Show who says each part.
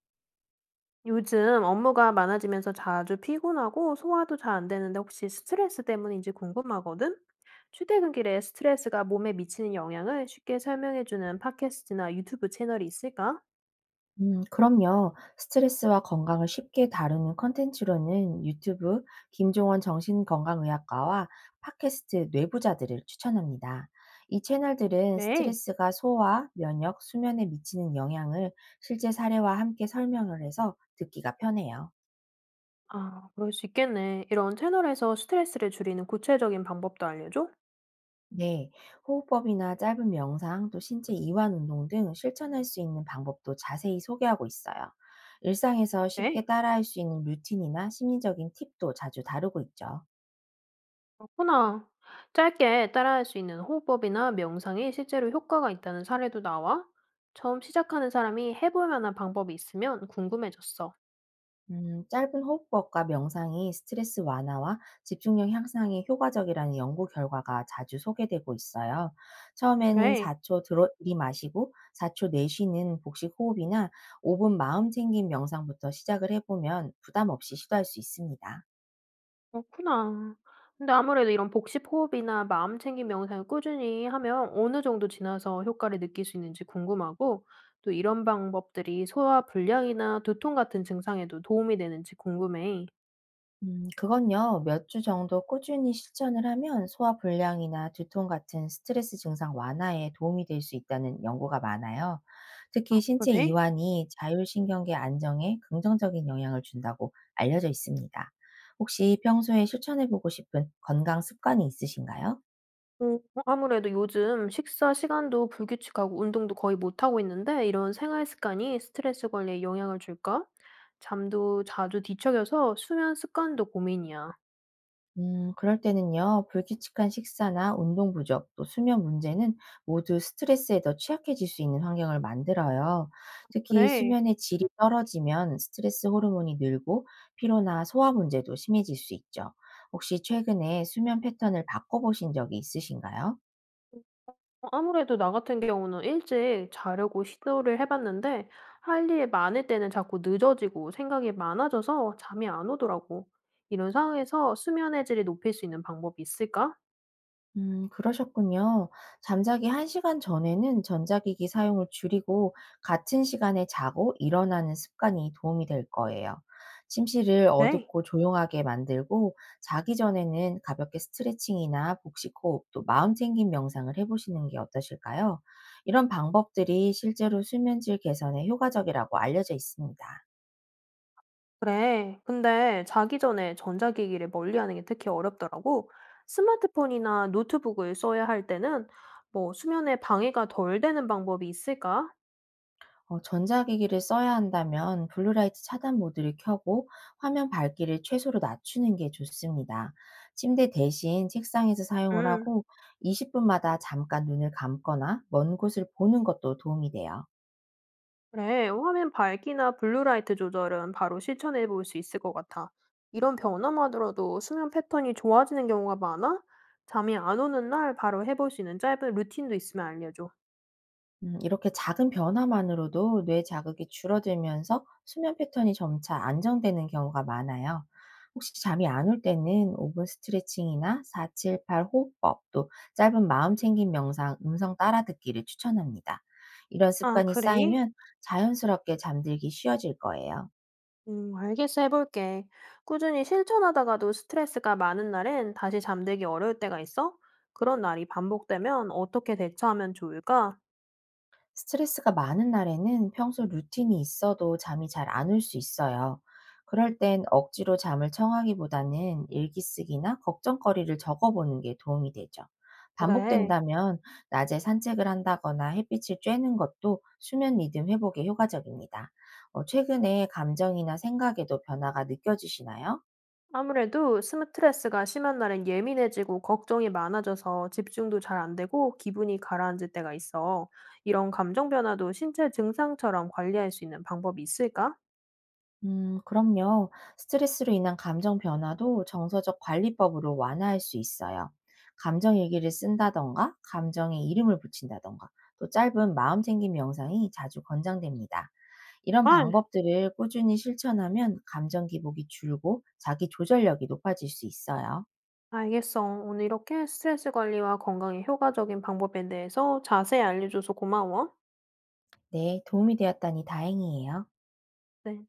Speaker 1: 요즘 업무가 많아지면서 자주 피곤하고 소화도 잘 안 되는데 혹시 스트레스 때문인지 궁금하거든? 출퇴근길에 스트레스가 몸에 미치는 영향을 쉽게 설명해주는 팟캐스트나 유튜브 채널이 있을까?
Speaker 2: 그럼요. 스트레스와 건강을 쉽게 다루는 컨텐츠로는 유튜브 김종원 정신건강의학과와 팟캐스트 뇌부자들을 추천합니다. 이 채널들은
Speaker 1: 그래.
Speaker 2: 스트레스가 소화, 면역, 수면에 미치는 영향을 실제 사례와 함께 설명을 해서 듣기가 편해요.
Speaker 1: 아, 그럴 수 있겠네. 이런 채널에서 스트레스를 줄이는 구체적인 방법도 알려줘?
Speaker 2: 네, 호흡법이나 짧은 명상, 또 신체 이완 운동 등 실천할 수 있는 방법도 자세히 소개하고 있어요. 일상에서 쉽게
Speaker 1: 네.
Speaker 2: 따라할 수 있는 루틴이나 심리적인 팁도 자주 다루고 있죠.
Speaker 1: 그렇구나. 짧게 따라할 수 있는 호흡법이나 명상이 실제로 효과가 있다는 사례도 나와? 처음 시작하는 사람이 해볼 만한 방법이 있으면 궁금해졌어.
Speaker 2: 짧은 호흡법과 명상이 스트레스 완화와 집중력 향상에 효과적이라는 연구 결과가 자주 소개되고 있어요. 처음에는
Speaker 1: 그래.
Speaker 2: 4초 들이마시고 4초 내쉬는 복식 호흡이나 5분 마음 챙김 명상부터 시작을 해보면 부담 없이 시도할 수 있습니다.
Speaker 1: 그렇구나. 근데 아무래도 이런 복식 호흡이나 마음 챙김 명상을 꾸준히 하면 어느 정도 지나서 효과를 느낄 수 있는지 궁금하고 또 이런 방법들이 소화 불량이나 두통 같은 증상에도 도움이 되는지 궁금해.
Speaker 2: 그건요, 몇 주 정도 꾸준히 실천을 하면 소화불량이나 두통 같은 스트레스 증상 완화에 도움이 될 수 있다는 연구가 많아요.
Speaker 1: 아,
Speaker 2: 특히 신체
Speaker 1: 그래?
Speaker 2: 이완이 자율신경계 안정에 긍정적인 영향을 준다고 알려져 있습니다. 혹시 평소에 실천해보고 싶은 건강 습관이 있으신가요?
Speaker 1: 어, 아무래도 요즘 식사 시간도 불규칙하고 운동도 거의 못하고 있는데 이런 생활 습관이 스트레스 관리에 영향을 줄까? 잠도 자주 뒤척여서 수면 습관도 고민이야.
Speaker 2: 그럴 때는요, 불규칙한 식사나 운동 부족, 또 수면 문제는 모두 스트레스에 더 취약해질 수 있는 환경을 만들어요. 특히
Speaker 1: 그래.
Speaker 2: 수면의 질이 떨어지면 스트레스 호르몬이 늘고 피로나 소화 문제도 심해질 수 있죠. 혹시 최근에 수면 패턴을 바꿔보신 적이 있으신가요?
Speaker 1: 어, 아무래도 나 같은 경우는 일찍 자려고 시도를 해 봤는데 할 일 많을 때는 자꾸 늦어지고 생각이 많아져서 잠이 안 오더라고. 이런 상황에서 수면의 질을 높일 수 있는 방법이 있을까?
Speaker 2: 그러셨군요. 잠자기 1 시간 전에는 전자기기 사용을 줄이고 같은 시간에 자고 일어나는 습관이 도움이 될 거예요. 침실을
Speaker 1: 네,
Speaker 2: 어둡고 조용하게 만들고 자기 전에는 가볍게 스트레칭이나 복식 호흡도 마음 챙김 명상을 해 보시는 게 어떠실까요? 이런 방법들이 실제로 수면질 개선에 효과적이라고 알려져 있습니다.
Speaker 1: 그래. 근데 자기 전에 전자기기를 멀리하는 게 특히 어렵더라고. 스마트폰이나 노트북을 써야 할 때는 뭐 수면에 방해가 덜 되는 방법이 있을까?
Speaker 2: 전자기기를 써야 한다면 블루라이트 차단 모드를 켜고 화면 밝기를 최소로 낮추는 게 좋습니다. 침대 대신 책상에서 사용을
Speaker 1: 음.
Speaker 2: 하고 20분마다 잠깐 눈을 감거나 먼 곳을 보는 것도 도움이 돼요.
Speaker 1: 그래, 화면 밝기나 블루라이트 조절은 바로 실천해 볼 수 있을 것 같아. 이런 변화만으로도 수면 패턴이 좋아지는 경우가 많아? 잠이 안 오는 날 바로 해볼 수 있는 짧은 루틴도 있으면 알려줘.
Speaker 2: 이렇게 작은 변화만으로도 뇌 자극이 줄어들면서 수면 패턴이 점차 안정되는 경우가 많아요. 혹시 잠이 안 올 때는 5분 스트레칭이나 478 호흡법, 또 짧은 마음 챙김 명상, 음성 따라 듣기를 추천합니다. 이런
Speaker 1: 아,
Speaker 2: 습관이
Speaker 1: 그래?
Speaker 2: 쌓이면 자연스럽게 잠들기 쉬워질 거예요.
Speaker 1: 알겠어. 해볼게. 꾸준히 실천하다가도 스트레스가 많은 날엔 다시 잠들기 어려울 때가 있어? 그런 날이 반복되면 어떻게 대처하면 좋을까?
Speaker 2: 스트레스가 많은 날에는 평소 루틴이 있어도 잠이 잘 안 올 수 있어요. 그럴 땐 억지로 잠을 청하기보다는 일기 쓰기나 걱정거리를 적어보는 게 도움이 되죠.
Speaker 1: 그래.
Speaker 2: 반복된다면 낮에 산책을 한다거나 햇빛을 쬐는 것도 수면 리듬 회복에 효과적입니다. 최근에 감정이나 생각에도 변화가 느껴지시나요?
Speaker 1: 아무래도 스트레스가 심한 날엔 예민해지고 걱정이 많아져서 집중도 잘 안 되고 기분이 가라앉을 때가 있어. 이런 감정 변화도 신체 증상처럼 관리할 수 있는 방법이 있을까?
Speaker 2: 그럼요. 스트레스로 인한 감정 변화도 정서적 관리법으로 완화할 수 있어요. 감정 일기를 쓴다던가, 감정에 이름을 붙인다던가, 또 짧은 마음 챙김 영상이 자주 권장됩니다. 이런
Speaker 1: 아,
Speaker 2: 방법들을 꾸준히 실천하면 감정 기복이 줄고 자기 조절력이 높아질 수 있어요.
Speaker 1: 알겠어. 오늘 이렇게 스트레스 관리와 건강에 효과적인 방법에 대해서 자세히 알려줘서 고마워.
Speaker 2: 네, 도움이 되었다니 다행이에요.
Speaker 1: 네.